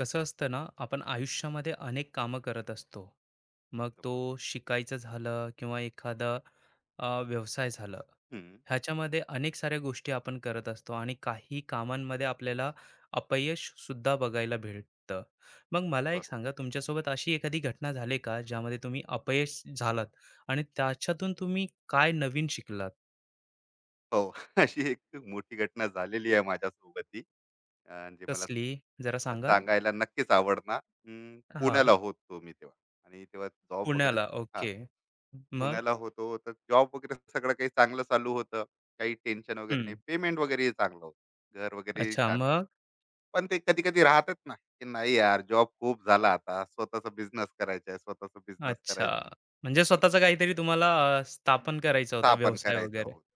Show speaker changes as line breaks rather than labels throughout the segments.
कसं असतं ना आपण आयुष्यामध्ये अनेक कामं करत असतो. मग
एकदम
तो
बरोबर.
शिकायचं झालं किंवा एखादा व्यवसाय झालं.
हं,
ह्याच्यामध्ये अनेक साऱ्या गोष्टी आपण करत असतो आणि काही कामांमध्ये आपल्याला अपयश सुद्धा बघायला भेटतं. मग मला एक
बरोबर.
सांगा, तुमच्यासोबत अशी एखादी घटना झाली का ज्यामध्ये तुम्ही अपयश झालात आणि त्याच्यातून तुम्ही काय नवीन शिकलात?
हो. अशी एक मोठी घटना झालेली आहे माझ्यासोबतही. जे मला
कसली? जरा सांगाल?
सांगायला नक्कीच आवडणार.
हा,
पुण्याला होतो मी तेव्हा आणि तेव्हा जॉब वगैरे.
पुण्याला?
हां,
ओके. मग?
पुण्याला होतो. तर जॉब वगैरे सगळं काही चांगलं चालू होतं. काही टेन्शन वगैरे नाही.
हम्म.
पेमेंट वगैरेही चांगलं होतं. घर वगैरे
अच्छा,
शांत.
मग?
पण ते कधी-कधी राहतच ना, की नाही यार जॉब खूप झाला आता. स्वतःचा बिझनेस करायचा आहे, स्वतःचा बिझनेस
अच्छा.
करायचा आहे.
म्हणजे स्वतःचं काहीतरी तुम्हाला स्थापन करायचा होता
इच्छा पण
व्यवसाय
करायचा
वगैरे.
होता.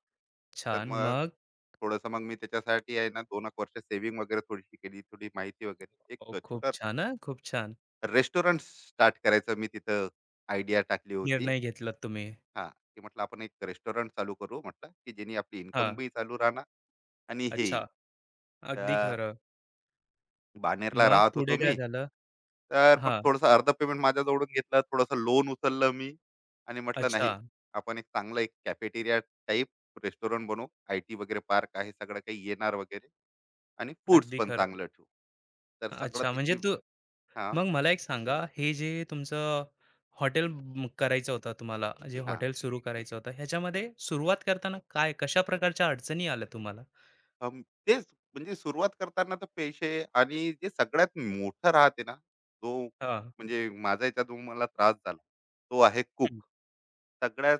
तर
छान.
मग
मग?
थोडस मग मी त्याच्यासाठी आहे ना 2 एक वर्ष सेव्हिंग वगैरे थोडीशी केली, थोडी माहिती वगैरे.
ओ,
एक
खूप
छोटा
छान, हां, खूप छान.
रेस्टॉरंट स्टार्ट करायचं मी तिथं आयडिया टाकली होती.
निर्णय घेतलात तुम्ही.
हा, की म्हटलं आपण एक रेस्टॉरंट चालू करू, म्हटलं की जेणे आपली इन्कम
हां.
बी चालू राहणार आणि हे.
अच्छा. अगदी
तर
खरं.
बानेरला
मग
राहत
पुढे
होतो
काय
मी.
झालं?
तर मग
हां.
थोडंसं अर्ध पेमेंट माझ्याजवळून घेतलं, थोडंसं लोन उचललं मी. आणि म्हटलं
अच्छा.
नाही, आपण एक चांगलं एक कॅफेटेरिया टाईप रेस्टॉरंट बनवू. आय टी वगैरे पार्क आहे, सगळं काही येणार वगैरे आणि फूड्स
अगदी
पण
खरं.
चांगलं ठेवू. तर सगळं
अच्छा. म्हणजे
त्याची.
तू,
हां,
मग मला एक सांगा, हे जे तुमचं हॉटेल करायचं होतं तुम्हाला, जे
हां.
हॉटेल सुरू करायचं होतं, ह्याच्यामध्ये सुरुवात करताना काय, कशा प्रकारच्या अडचणी आल्या तुम्हाला?
अं, तेच, म्हणजे सुरुवात करताना तर पैसे. आणि जे सगळ्यात मोठं राहते ना, जो,
हां.
म्हणजे माझा याच्यात जो मला त्रास झाला, तो आहे
हं.
कुक. सगळ्यात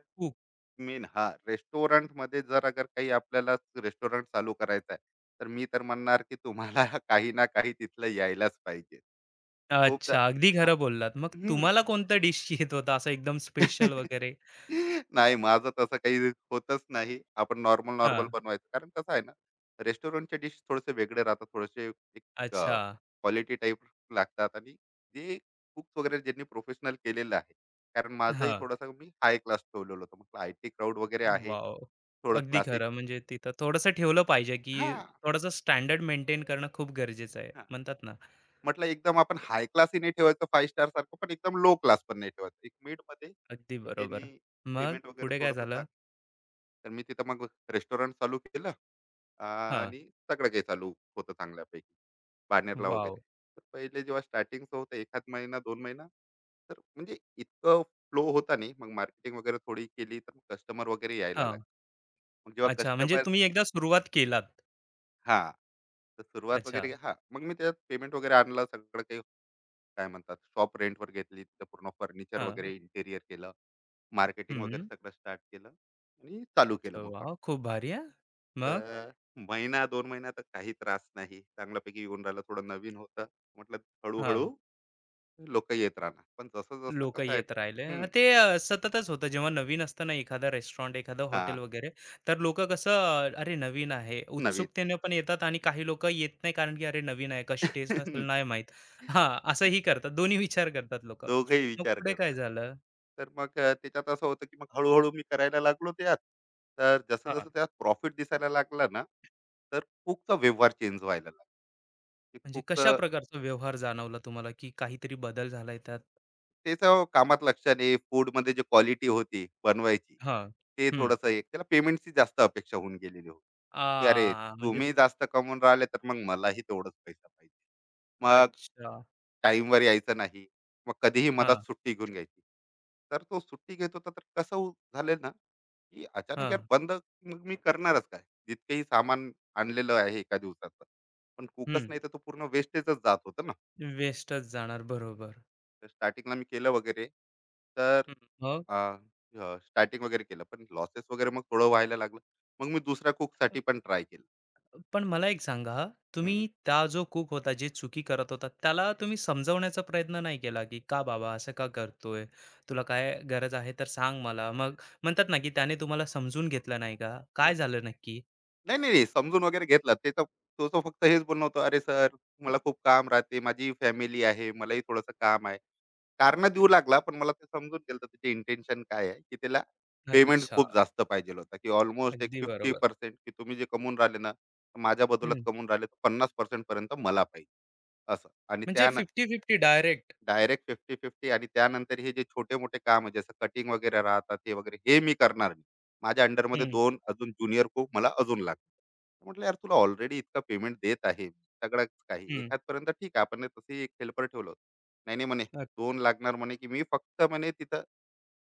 मेन हा. हां, रेस्टॉरंटमध्ये जर अगर काही आपल्याला रेस्टॉरंट चालू करायचं आहे, तर मी तर म्हणणार की तुम्हाला काही ना काही तिथलं यायलाच पाहिजे.
अच्छा,
खूपदा.
अगदी
हां.
खरं बोललात. मग तुम्हाला कोणतं डिश येत होता असं एकदम स्पेशल वगैरे?
नाही माझं तसं काही होतच नाही. आपण नॉर्मल,
हां.
नॉर्मल बनवायचं. कारण कसं आहे ना, रेस्टॉरंटच्या डिश थोडेसे वेगळे राहतात. थोडेसे एक
अच्छा.
अ, क्वालिटी टाइप लागतात. आणि जे कुक्स वगैरे ज्यांनी प्रोफेशनल केलेलं आहे. कारण माझंही
हां.
थोडासा मी हाय क्लास ठेवलेलं होतं. म्हटलं आयटी क्राउड वगैरे आहे.
वॉव!
थोडं
अगदी
क्लासिक.
खरं. म्हणजे तिथं थोडंसं ठेवलं पाहिजे, की
हां,
थोडंसं स्टँडर्ड मेंटेन करणं खूप गरजेचं आहे.
हां.
म्हणतात ना,
म्हटलं एकदम आपण हाय क्लासही नाही ठेवायचं 5 स्टार सारखं, पण एकदम लो क्लास पण नाही ठेवायचं. एक मिडमध्ये,
अगदी
की ज्यांनी
बरोबर. मग
पेमेंट वगैरे
पुढे काय
थोडंसं
झालं?
सांग. तर मी तिथं मग रेस्टॉरंट चालू केलं.
हां,
आणि सगळं काही चालू होतं चांगल्यापैकी. बानेरला
वॉव!
वगैरे. तर पहिले जेव्हा स्टार्टिंगचं होतं एखाद महिना दोन महिना, तर म्हणजे इतकं फ्लो होता नाही. मग मार्केटिंग वगैरे थोडी केली तर कस्टमर वगैरे यायला
हां.
लागले. मग जेव्हा
अच्छा. म्हणजे
कस्टमर.
तुम्ही एकदा सुरुवात केलात.
हा. तर सुरुवात
अच्छा.
वगैरे, हा, मग मी त्याच्यात पेमेंट वगैरे आणलं सगळं काही. काय म्हणतात, शॉप रेंटवर घेतली तिथं, पूर्ण फर्निचर
हां.
वगैरे इंटेरियर केलं. मार्केटिंग वगैरे
हं.
सगळं स्टार्ट केलं आणि चालू केलं
अच्छा,
मग.
वॉव! खूप भारी हां. मग?
तर महिना 2 महिना तर काही त्रास नाही. चांगल्यापैकी येऊन राहिलं. थोडं नवीन होतं. म्हटलं
हां.
हळू-हळू लोक येत राहणार. पण जसं-जसं
लोक
कसं आहे.
येत राहिले.
हं,
ते सततच होतं. जेव्हा नवीन असतं ना एखादं रेस्टॉरंट, एखादं हॉटेल
हां,
वगैरे, तर लोकं कसं, "अरे नवीन आहे."
नवीन.
उत्सुकतेने पण येतात आणि काही लोकं येत नाही, कारण की "अरे नवीन आहे, कशी टेस्ट असेल नाही माहीत." हां, असंही करतात. दोन्ही विचार करतात लोकं.
दोघंही
मग
विचार
पुढे काय
करतात.
झालं?
तर मग त्याच्यात असं होतं की मग हळू मी करायला लागलो त्यात. तर
हां,
जसं-जसं त्यात प्रॉफिट दिसायला लागला ना, तर कुकचा व्यवहार चेंज व्हायला लागला. की
म्हणजे कशा
कुकचं
प्रकारचा व्यवहार जाणवला तुम्हाला की काहीतरी बदल झालाय त्यात?
त्याचं कामात लक्ष नाही, फूडमध्ये जी क्वालिटी होती बनवायची,
हां.
ते
हं.
थोडंसं एक त्याला पेमेंटची जास्त अपेक्षा होऊन गेलेली होती, की "अरे,
म्हणजे
तुम्ही जास्त कमवून राहिले, तर मग मलाही तेवढाच पैसा पाहिजे." मग
अच्छा.
टाईमवर यायचं नाही, मग कधीही मधात
हां.
सुट्टी घेऊन घ्यायची. तर तो सुट्टी घेत होता, तर कसं हो झालं ना, की अचानक यार
हां.
बंद, मग मी करणारच काय? जितकंही सामान आणलेलं आहे एका दिवसाचं, पण कुकच
हं.
नाही, तर तो पूर्ण वेस्टेजच जात होतं ना.
वेस्टच जाणार. बरोबर.
तर स्टार्टिंगला मी केलं वगैरे. तर
हं. मग?
स्टार्टिंग वगैरे केलं पण लॉसेस वगैरे मग थोडं व्हायला लागलं. मग मी दुसऱ्या कुकसाठी पण ट्राय केलं.
पण मला एक सांगा,
हम्म.
तुम्ही त्या जो कूक होता, जे चुकी करत होता, त्याला तुम्ही समजवण्याचा प्रयत्न नाही केला, की "का बाबा असं का करतोय? तुला काय गरज आहे तर सांग मला." मग म्हणतात ना, की त्याने तुम्हाला समजून घेतलं नाही का? काय
हा.
झालं नक्की?
नाही नाही नाही, समजून वगैरे घेतला ते तर. तो तो फक्त हेच बोलणं होतं, अरे सर मला खूप काम राहते, माझी फॅमिली आहे, मलाही थोडंसं काम आहे. कारण
हं.
देऊ लागला. पण मला ते समजून गेलं होतं त्याचे इंटेन्शन काय आहे, की त्याला पेमेंट
अच्छा.
खूप जास्त पाहिजे होता, की ऑलमोस्ट एक
अगदी
फिफ्टी
बरोबर.
पर्सेंट की तुम्ही जे कमवून राहिले ना तर माझ्या बदलात
हं.
कमवून राहिले तर 50% पर्यंत मला पाहिजे. असं. आणि
म्हणजे
त्या
50-50 डायरेक्ट.
डायरेक्ट 50-50. आणि त्यानंतर हे जे छोटे-मोठे काम आहे, जसं कटिंग वगैरे राहतात हे वगैरे, हे मी करणार नाही. माझ्या अंडरमध्ये
हं,
2 अजून ज्युनियर कुक मला अजून लागतील. म्हटलं, "यार तुला ऑलरेडी इतका पेमेंट देत आहे, सगळंच काही.
हं.
एखादपर्यंत ठीक आहे, आपण तसंही एक हेल्पर ठेवलं होतं." "नाही, नाही," म्हणे,
अ
"2 लागणार," म्हणे, "की मी फक्त," म्हणे, "तिथं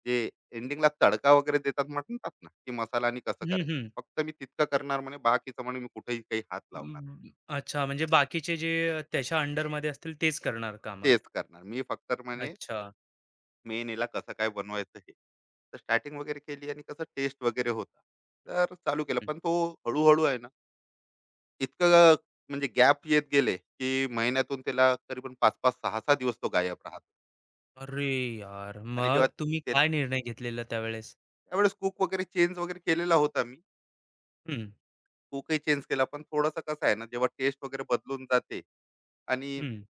जे एंडिंगला तडका वगैरे देतात म्हणतात ना, की मसाला आणि कसं
हं,
करायचं.
हं.
फक्त मी तितकं करणार," म्हणे, "बाकीचं," म्हणे, "मी कुठेही काही हात लावणार.
अं, अच्छा, म्हणजे बाकीचे जे त्याच्या अंडरमध्ये असतील तेच करणार कामं.
तेच करणार. मी फक्त," म्हणे,
अच्छा.
मेन याला कसं काय बनवायचं हे. तर स्टार्टिंग वगैरे केली आणि कसं टेस्ट वगैरे होता. तर चालू केलं.
हं.
पण तो हळू आहे ना, इतकं, म्हणजे गॅप येत गेले, की महिन्यातून त्याला करीबन 5-5, सहा 6 दिवस तो गायब राहतो.
अरे यार!
आणि जेव्हा
मग तुम्ही
ते,
काय निर्णय घेतलेला त्यावेळेस?
त्यावेळेस कूक वगैरे चेंज वगैरे केलेला होता मी.
हं,
कूकही चेंज केला. पण थोडंसं कसं आहे ना, जेव्हा टेस्ट वगैरे बदलून जाते आणि.
हं.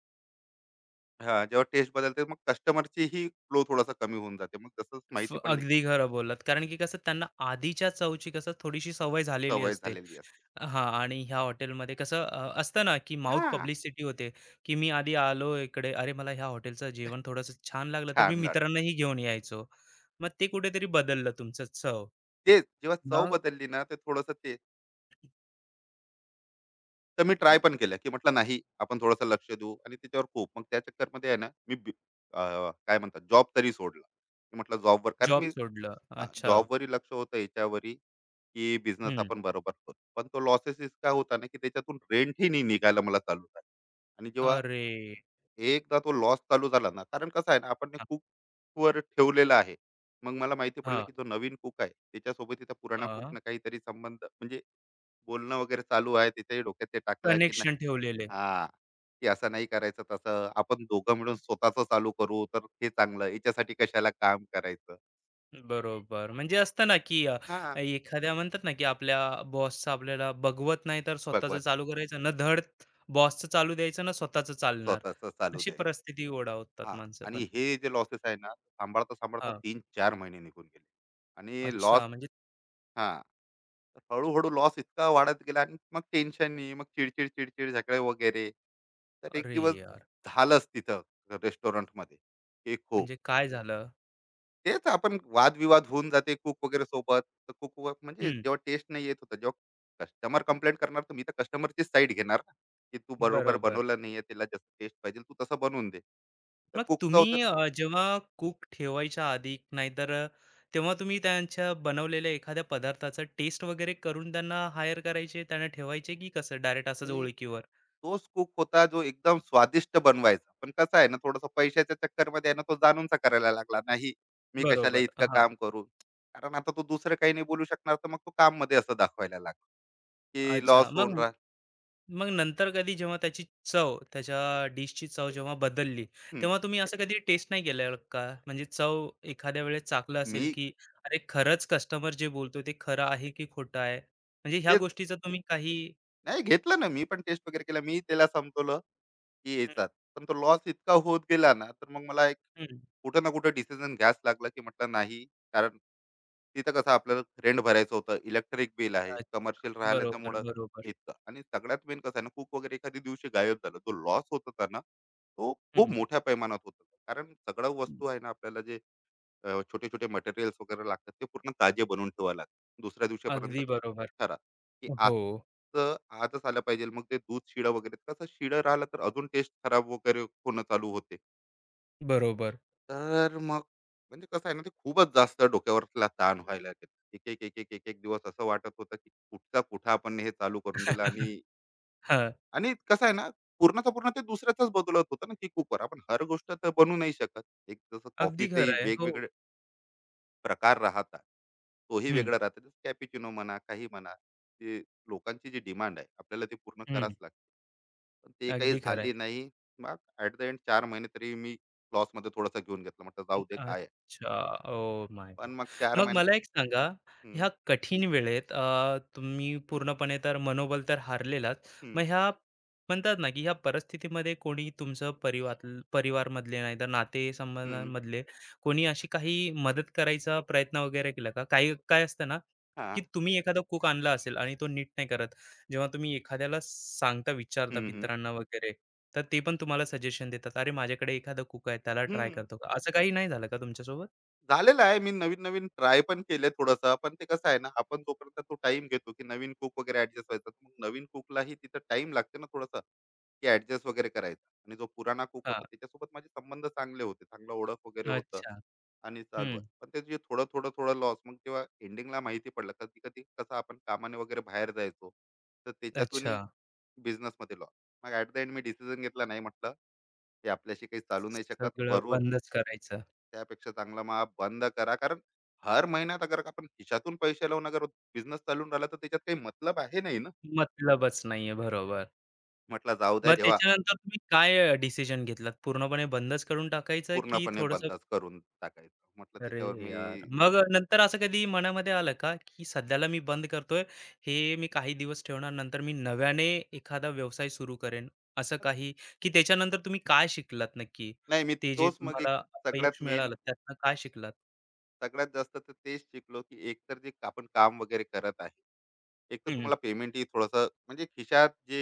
हां, जेव्हा टेस्ट बदलते मग कस्टमरचीही फ्लो थोडासा कमी होऊन जाते. मग तसंच माहिती पडली की
अगदी खरं बोललात. कारण की कसं त्यांना आधीच्या चवची कसं थोडीशी सवय झालेली
सवय
असते.
झालेली असते.
हां, आणि ह्या हॉटेलमध्ये कसं असतं ना, की माउथ
हां,
पब्लिसिटी होते, की मी आधी आलो इकडे, अरे मला ह्या हॉटेलचं जेवण थोडंसं छान लागलं, तर मी
छान वाटतं.
मित्रांनाही घेऊन यायचो. मग ते कुठेतरी बदललं तुमचं चव.
तेच जेव्हा चव
मग?
बदलली ना ते थोडंसं ते. तर मी ट्राय पण केलं, की म्हटलं नाही, आपण थोडंसं लक्ष देऊ आणि त्याच्यावर खूप, मग त्या चक्करमध्ये आहे ना मी बी, अ, काय म्हणतात, जॉब तरी सोडला. मी म्हटलं जॉबवर, कारण
जॉब
मी
सोडलं. अच्छा.
जॉबवरही लक्ष होतं याच्यावरही, की बिझनेस
हं.
आपण बरोबर करू. पण तो लॉसेस इतका होता ना, की त्याच्यातून रेंटही नाही निघायला मला चालू झालं. आणि जेव्हा
अरे!
एकदा तो लॉस चालू झाला ना, कारण कसं आहे ना आपण कुक वर ठेवलेलं आहे. मग मला माहिती पडलं,
हां,
की जो नवीन कुक आहे त्याच्यासोबत त्या पुराणा
हां.
कुकनं काहीतरी संबंध, म्हणजे बोलणं वगैरे चालू आहे, त्याच्याही डोक्यात ते टाकलं की नाही.
कनेक्शन ठेवलेले.
हा, की असं नाही करायचं, तसं आपण दोघं मिळून स्वतःच चालू करू, तर हे चांगलं याच्यासाठी कशाला काम करायचं.
बरोबर. म्हणजे असतं ना, की
हा,
एखाद्या म्हणतात ना, की आपल्या बॉसचं आपल्याला बघवत नाही, तर स्वतःचं
भगवत
चालू करायचं. ना धड बॉसचं चालू द्यायचं, ना स्वतःचं चालणार.
स्वतःच चालू
अशी
द्यायचं.
परिस्थिती ओढावतात
हा.
माणसं
आणि
पण.
हे जे लॉसेस आहे ना, सांभाळता सांभाळता
हां.
3 4 महिने निघून गेले आणि लॉस.
अच्छा, म्हणजे
हा, तर हळूहळू लॉस इतका वाढत गेला आणि मग टेन्शन, नाही मग चिडचिड चिडचिड झगडे वगैरे. तर एक
अरे
दिवस
यार!
झालंच तिथं रेस्टॉरंटमध्ये, की खूप
म्हणजे काय झालं?
तेच आपण वादविवाद होऊन जाते कुक वगैरे सोबत. तर कुक व- म्हणजे
हं,
जेव्हा टेस्ट नाही येत होता, जेव्हा कस्टमर कंप्लेंट करणार तर मी तर कस्टमरची साईड घेणार ना, की तू बरोबर
बरोबर.
बनवलं नाहीये, त्याला जसं टेस्ट पाहिजे तू तसं बनवून दे. तर
मग
कुकचा
तुम्ही
होता.
जेव्हा कूक ठेवायच्या आधी नाहीतर तेव्हा तुम्ही त्यांच्या बनवलेल्या एखाद्या पदार्थाचा टेस्ट वगैरे करून त्यांना हायर करायचे, त्यांना ठेवायचे, की कसं डायरेक्ट असंच
अरे,
ओळखीवर?
तोच कुक होता जो एकदम स्वादिष्ट बनवायचा, पण कसं आहे ना, थोडस पैशाच्या चक्करमध्ये आहे ना, तो जाणूनचा करायला लागला नाही. मी कशाला
बरोबर.
इतकं
हां.
काम करू, कारण आता तो दुसरं काही नाही बोलू शकणार, तर मग तो काम मध्ये असं दाखवायला लागला की
अच्छा.
लॉस होऊन
मग
राहा.
मग नंतर कधी जेव्हा त्याची चव, त्याच्या डिशची चव जेव्हा बदलली, तेव्हा तुम्ही असं कधी टेस्ट नाही केलेलं का? म्हणजे चव एखाद्या वेळेस चाखलं असेल,
मी
की अरे, खरंच कस्टमर जे बोलतो ते खरं आहे की खोटं आहे? म्हणजे ह्या
तेच
गोष्टीचा तुम्ही काही
नाही घेतलं ना, मी पण टेस्ट वगैरे केला. मी त्याला संपवलं की
हं,
याचाच. पण तो लॉस इतका होत गेला ना, तर मग मला एक
हं.
कुठं ना कुठं डिसिजन घ्यावाच लागला, की म्हटलं नाही. कारण तिथं कसं आपल्याला रेंट भरायचं होतं, इलेक्ट्रिक बिल आहे,
अ,
कमर्शियल राहिलं
बरोबर, बरोबर.
इतकं. आणि सगळ्यात मेन कसं आहे ना, कुक वगैरे एखाद्या दिवशी गायब झालं. तो लॉस होत होता ना, तो खूप
हं.
मोठ्या पैमानात होत होता. कारण सगळ्या वस्तू आहे ना आपल्याला जे छोटे-छोटे मटेरियल्स वगैरे लागतात ते पूर्ण ताजे बनवून ठेवावं लागतं. दुसऱ्या दिवशीपर्यंत
अगदी
ते
बरोबर.
खरा, की
हो,
आजचं आजच आलं पाहिजे. मग ते दूध शिळं वगैरे कसं शिळं राहिलं तर अजून टेस्ट खराब वगैरे होणं चालू होते.
बरोबर.
तर मग म्हणजे कसं आहे ना, ते खूपच जास्त डोक्यावरला ताण व्हायला लागला. एक-एक, एक-एक, एक-एक दिवस असं वाटत होतं, की कुठचा कुठं आपण हे चालू करून दिलं आणि.
हां.
आणि कसं आहे ना, पूर्णच्या पूर्ण ते दुसऱ्याचाच बदलत होतं ना, की कुकवर. आपण हर गोष्ट तर बनवू नाही शकत. एक जसं
अगदी खरं
कॉफीचेही
आहे. हो.
वेगवेगळे प्रकार राहतात, तोही
हं,
वेगळा राहते, कॅपिचिनो म्हणा काही म्हणा, ते लोकांची जी डिमांड आहे आपल्याला ते पूर्ण
हं.
करावंच लागते. पण ते काही
अगदी खरं
झाली
आहे.
नाही. मग ऍट द एंड 4 महिने तरी मी लॉस मध्ये थोडासा घेऊन घेतला, म्हटलं जाऊ दे काय आहे.
अच्छा. Oh my god!
पण मग चार
मग
महिने
मला एक सांगा,
हम्म,
ह्या कठीण वेळेत तुम्ही पूर्णपणे तर मनोबल तर हारलेलाच. मग
हम्म,
ह्या म्हणतात ना, की ह्या परिस्थितीमध्ये कोणी तुमचं परिवारमधले नाही तर
हम्म,
नातेसंबंधांमधले कोणी अशी काही मदत करायचा प्रयत्न वगैरे केला का? काही काय असतं ना, की
हा,
तुम्ही एखादा कूक आणला असेल आणि तो नीट नाही करत, जेव्हा तुम्ही एखाद्याला सांगता, विचारता
हम्म, हम्म,
मित्रांना वगैरे, तर ते पण तुम्हाला सजेशन देतात, "अरे, माझ्याकडे एखादा कुक आहे, त्याला ट्राय
हम्म.
करतो का?" असं काही नाही झालं का तुमच्यासोबत?
झालेलं आहे. मी नवीन-नवीन ट्राय पण केले थोडंसं. पण ते कसं आहे ना, आपण जोपर्यंत तो टाइम घेतो, की नवीन कुक वगैरे ॲडजस्ट व्हायचा. तर मग नवीन कुकलाही तिथं टाईम लागते ना थोडासा, की ॲडजस्ट वगैरे करायचा. आणि जो पुराणा कुक
हां.
होता, त्याच्यासोबत माझे संबंध चांगले होते. चांगलं ओळख वगैरे होतं
अच्छा.
आणि चालू आहे.
हं,
पण ते जे थोडं, थोडं, थोडं लॉस मग तेव्हा एंडिंगला माहिती पडलं. कधी-कधी कसं आपण कामाने वगैरे बाहेर जायचो. तर
अच्छा.
त्याच्यातूनही बिझनेसमध्ये लॉस. मग ॲट द एंड मी डिसिजन घेतला, नाही म्हटलं, हे आपल्याशी काही चालू नाही शकत.
सगळं
वरून
बंदच करायचं.
त्यापेक्षा चांगला मग आप बंद करा, कारण हर महिन्यात अगर आपण खिशातून पैसे लावून अगर बिझनेस चालून राहिला, तर त्याच्यात काही मतलब आहे नाही ना.
मतलबच नाहीये, बरोबर.
म्हटलं जाऊ द्या
मग
जेव्हा,
त्याच्यानंतर तुम्ही काय डिसिजन घेतलात? पूर्णपणे बंदच करून टाकायचं की
पूर्णपणे
थोडंसं
बंदच करून टाकायचं म्हटलं
अरे
त्याच्यावर
यार!
मी.
मग नंतर असं कधी मनामध्ये आलं का, की सध्याला मी बंद करतोय, हे मी काही दिवस ठेवणार, नंतर मी नव्याने एखादा व्यवसाय सुरू करेन, असं काही? की त्याच्यानंतर तुम्ही काय शिकलात नक्की?
नाही मी
ते जे
तोच मग एक,
तुम्हाला अपयश
सगळ्यात मेन,
मिळालं, त्यातनं काय शिकलात?
सगळ्यात जास्त तर तेच शिकलो, की एकतर जे आपण काम वगैरे करत आहे, एक तर
हं,
तुम्हाला पेमेंटही थोडंसं म्हणजे खिशात जे,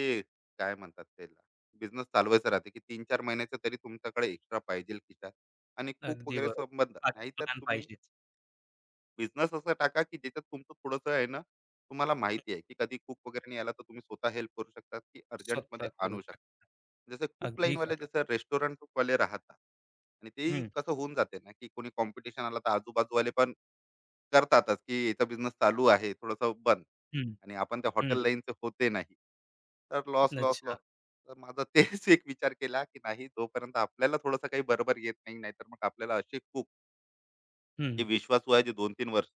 काय म्हणतात त्याला, बिझनेस चालवायचं राहते की 3 4 महिन्याचं तरी तुमच्याकडे एक्स्ट्रा पाहिजे खिशात. आणि खूप
अगदी
वगैरे
बरोबर.
संबंध,
बाकी
नाहीतर
प्लॅन
तुम्ही
पाहिजेच.
बिझनेस असं टाका की ज्याच्यात तुमचं थोडंसं आहे ना, तुम्हाला माहिती आहे की कधी कुक वगैरे नाही आला तर तुम्ही स्वतः हेल्प करू शकता, की
स्वतः
अर्जंटमध्ये
करू
आणू
शकता.
शकता जसं कुक
अगदी
लाईनवाले
खरं.
जसं रेस्टॉरंटवाले राहतात. आणि तेही
हं,
कसं होऊन जाते ना की कोणी कॉम्पिटिशन आला तर आजूबाजूवाले पण करतातच, की याचा बिझनेस चालू आहे थोडंसं बंद.
हं,
आणि आपण त्या
हं.
हॉटेल लाईनचे होते नाही, तर लॉस लॉस
अच्छा.
लॉस. तर माझा तेच एक विचार केला की नाही, जोपर्यंत आपल्याला थोडंसं काही बरोबर येत नाही, नाहीतर मग आपल्याला असे खूप
हं.
जे विश्वासू आहे जे 2-3 वर्ष,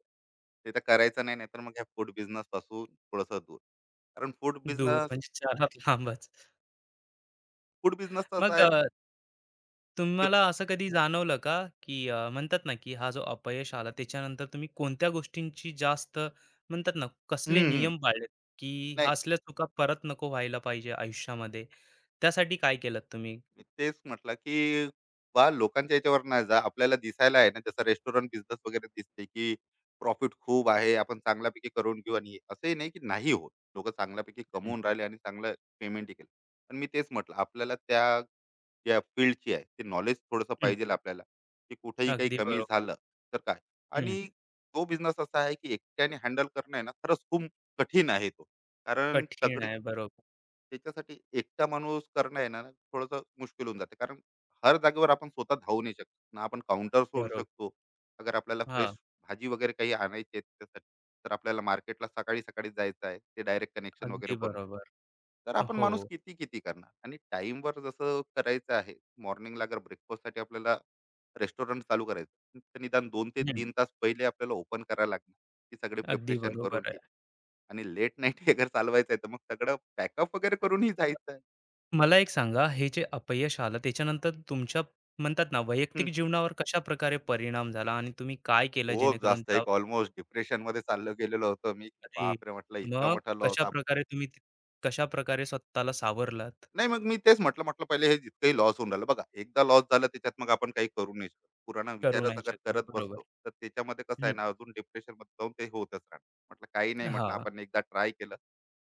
ते तर करायचं नाही, नाहीतर मग ह्या फूड बिझनेस पासून थोडंसं दूर. कारण फूड
दूर
बिझनेस,
म्हणजे 4 हात लांबच.
फूड बिझनेस तसा
मग
आहे, की.
तुम्हाला असं कधी जाणवलं का, की म्हणतात ना, की हा जो अपयश आला त्याच्यानंतर तुम्ही कोणत्या गोष्टींची जास्त म्हणतात ना,
हं,
कसले
हं.
नियम पाळलेत, की हा
नाही
असल्या चुका परत नको व्हायला पाहिजे आयुष्यामध्ये? त्यासाठी काय केलत तुम्ही?
मी तेच म्हटलं, की बा लोकांच्या याच्यावर नाही जा. आपल्याला दिसायला आहे ना, जसं रेस्टॉरंट बिझनेस वगैरे दिसते की प्रॉफिट खूप आहे. आपण चांगल्यापैकी करून घेऊ आणि हे. असंही नाही की नाही होत. लोकं चांगल्यापैकी
हं,
कमवून राहिले आणि चांगलं पेमेंटही केलं. पण मी तेच म्हटलं, आपल्याला त्या या फील्डची आहे ते नॉलेज थोडंसं
हं.
पाहिजे आपल्याला, की कुठेही काही
अगदी
कमी
बरोबर.
झालं तर काय.
हं.
आणि तो बिझनेस असा आहे की एकट्याने हँडल करणं आहे ना, खरंच खूप कठीण आहे तो. कारण
कठीण
सगळी,
आहे. बरोबर,
त्याच्यासाठी एकटा माणूस करणं आहे ना थोडंसं मुश्किल होऊन जाते, कारण हर जागेवर आपण स्वतः धावू नाही शकत ना, आपण काउंटर सोडू
बरोबर.
शकतो अगर आपल्याला
हां,
फ्रेश भाजी वगैरे काही आणायची आहे त्याच्यासाठी. तर आपल्याला मार्केटला सकाळी सकाळी जायचं आहे, ते डायरेक्ट कनेक्शन वगैरे
अगदी
बनवू.
बरोबर.
तर आपण
हो.
माणूस किती किती करणार, आणि टाईमवर जसं करायचं आहे, मॉर्निंगला अगर ब्रेकफास्टसाठी आपल्याला रेस्टॉरंट चालू करायचं तर निदान दोन ते
हं.
तीन तास पहिले आपल्याला ओपन करायला लागणार, की सगळे
अगदी
प्रिपरेशन करून
बरोबर
हे. आणि लेट नाईट हे अगर चालवायचं आहे, तर मग सगळं पॅकअप वगैरे करूनही जायचं आहे.
आहे. मला एक सांगा, हे जे अपयश आलं त्याच्यानंतर तुमच्या म्हणतात ना,
हं.
वैयक्तिक जीवनावर कशाप्रकारे परिणाम झाला आणि तुम्ही काय केलं
खूप
जेणेकरून
जास्त
त्या
एक ऑलमोस्ट डिप्रेशनमध्ये चाललं गेलेलो होतो मी.
आधी
बापरे! म्हटलं इतका
मग
मोठा लॉस.
कशाप्रकारे तुम्ही कशाप्रकारे स्वतःला सावरलात?
नाही मग मी तेच म्हटलं, म्हटलं पहिले हे जितकंही लॉस होऊन राहिलं. बघा एकदा लॉस झालं त्याच्यात मग आपण काही करू नाही शकत. पुराणा
करू
विचारच
नाही
अगर
शकणार.
करत बसलो,
बरोबर.
तर त्याच्यामध्ये कसं आहे
हं.
ना, अजून डिप्रेशनमध्ये जाऊन ते होतच राहणार. म्हटलं काही नाही, म्हटलं
हां.
आपण एकदा ट्राय केलं.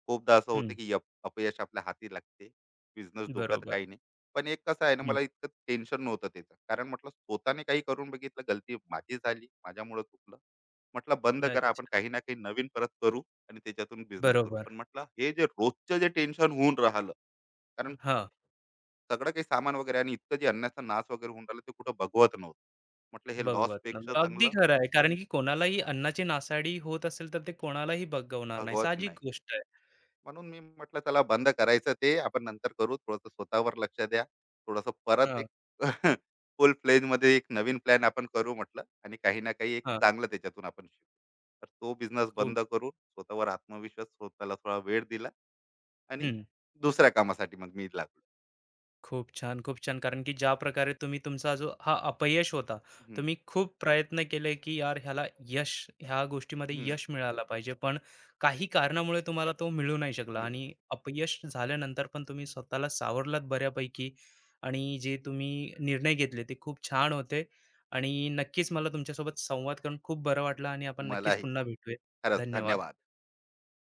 खूपदा असं
हं.
होतं की अपयश आपल्या हाती लागते. बिझनेस डुबला तर
बरोबर.
काही नाही. पण एक कसं आहे ना,
हं.
मला इतकं टेन्शन नव्हतं त्याचं. कारण म्हटलं स्वतःने काही करून बघितलं, गलती माझी झाली, माझ्यामुळं चुकलं. म्हटलं बंद करा,
अच्छा.
आपण काही ना काही नवीन परत करू आणि त्याच्यातून बिझनेस करू.
बरोबर.
पण म्हटलं हे जे रोजचं जे टेन्शन होऊन राहिलं, कारण
हां.
सगळं काही सामान वगैरे आणि इतकं जे अन्नाचा नाश वगैरे होऊन राहिला, ते कुठं भगवत नव्हतं. म्हटलं हे लॉस
भगवंत
पेक्षा
अगदी
चांगलं
खरं आहे. कारण की कोणालाही अन्नाची नासाडी होत असेल, तर ते कोणालाही बघवणार नाही.
भगवत
साहजिक
नाही.
गोष्ट आहे.
म्हणून मी म्हटलं चला बंद करायचं, ते आपण नंतर करू. थोडंसं स्वतःवर लक्ष द्या. थोडंसं परत
हां,
एक फुल फ्लेजमध्ये एक नवीन प्लॅन आपण करू म्हटलं, आणि काही ना काही एक
हां.
चांगलं त्याच्यातून आपण शिकू. तर तो बिझनेस
खूप
बंद करून स्वतःवर आत्मविश्वास, स्वतःला थोडा वेळ दिला, आणि
हं.
दुसऱ्या कामासाठी मग मी लागलो.
खूप छान, खूप छान. कारण की ज्या प्रकारे तुम्ही तुमचा जो हा अपयश होता,
हं,
तुम्ही खूप प्रयत्न केले, की यार ह्याला यश, ह्या गोष्टीमध्ये
हं.
यश मिळायला पाहिजे. पण काही कारणामुळे तुम्हाला तो मिळू नाही शकला
मिळून.
आणि
ये.
अपयश झाल्यानंतर पण तुम्ही स्वतःला सावरलात बऱ्यापैकी आणि जे तुम्ही निर्णय घेतले ते खूप छान होते आणि नक्कीच मला तुमच्यासोबत संवाद करून खूप बरं वाटलं आणि आपण नक्कीच
मलाही
पुन्हा भेटूया.
खरंच
धन्यवाद.
धन्यवाद.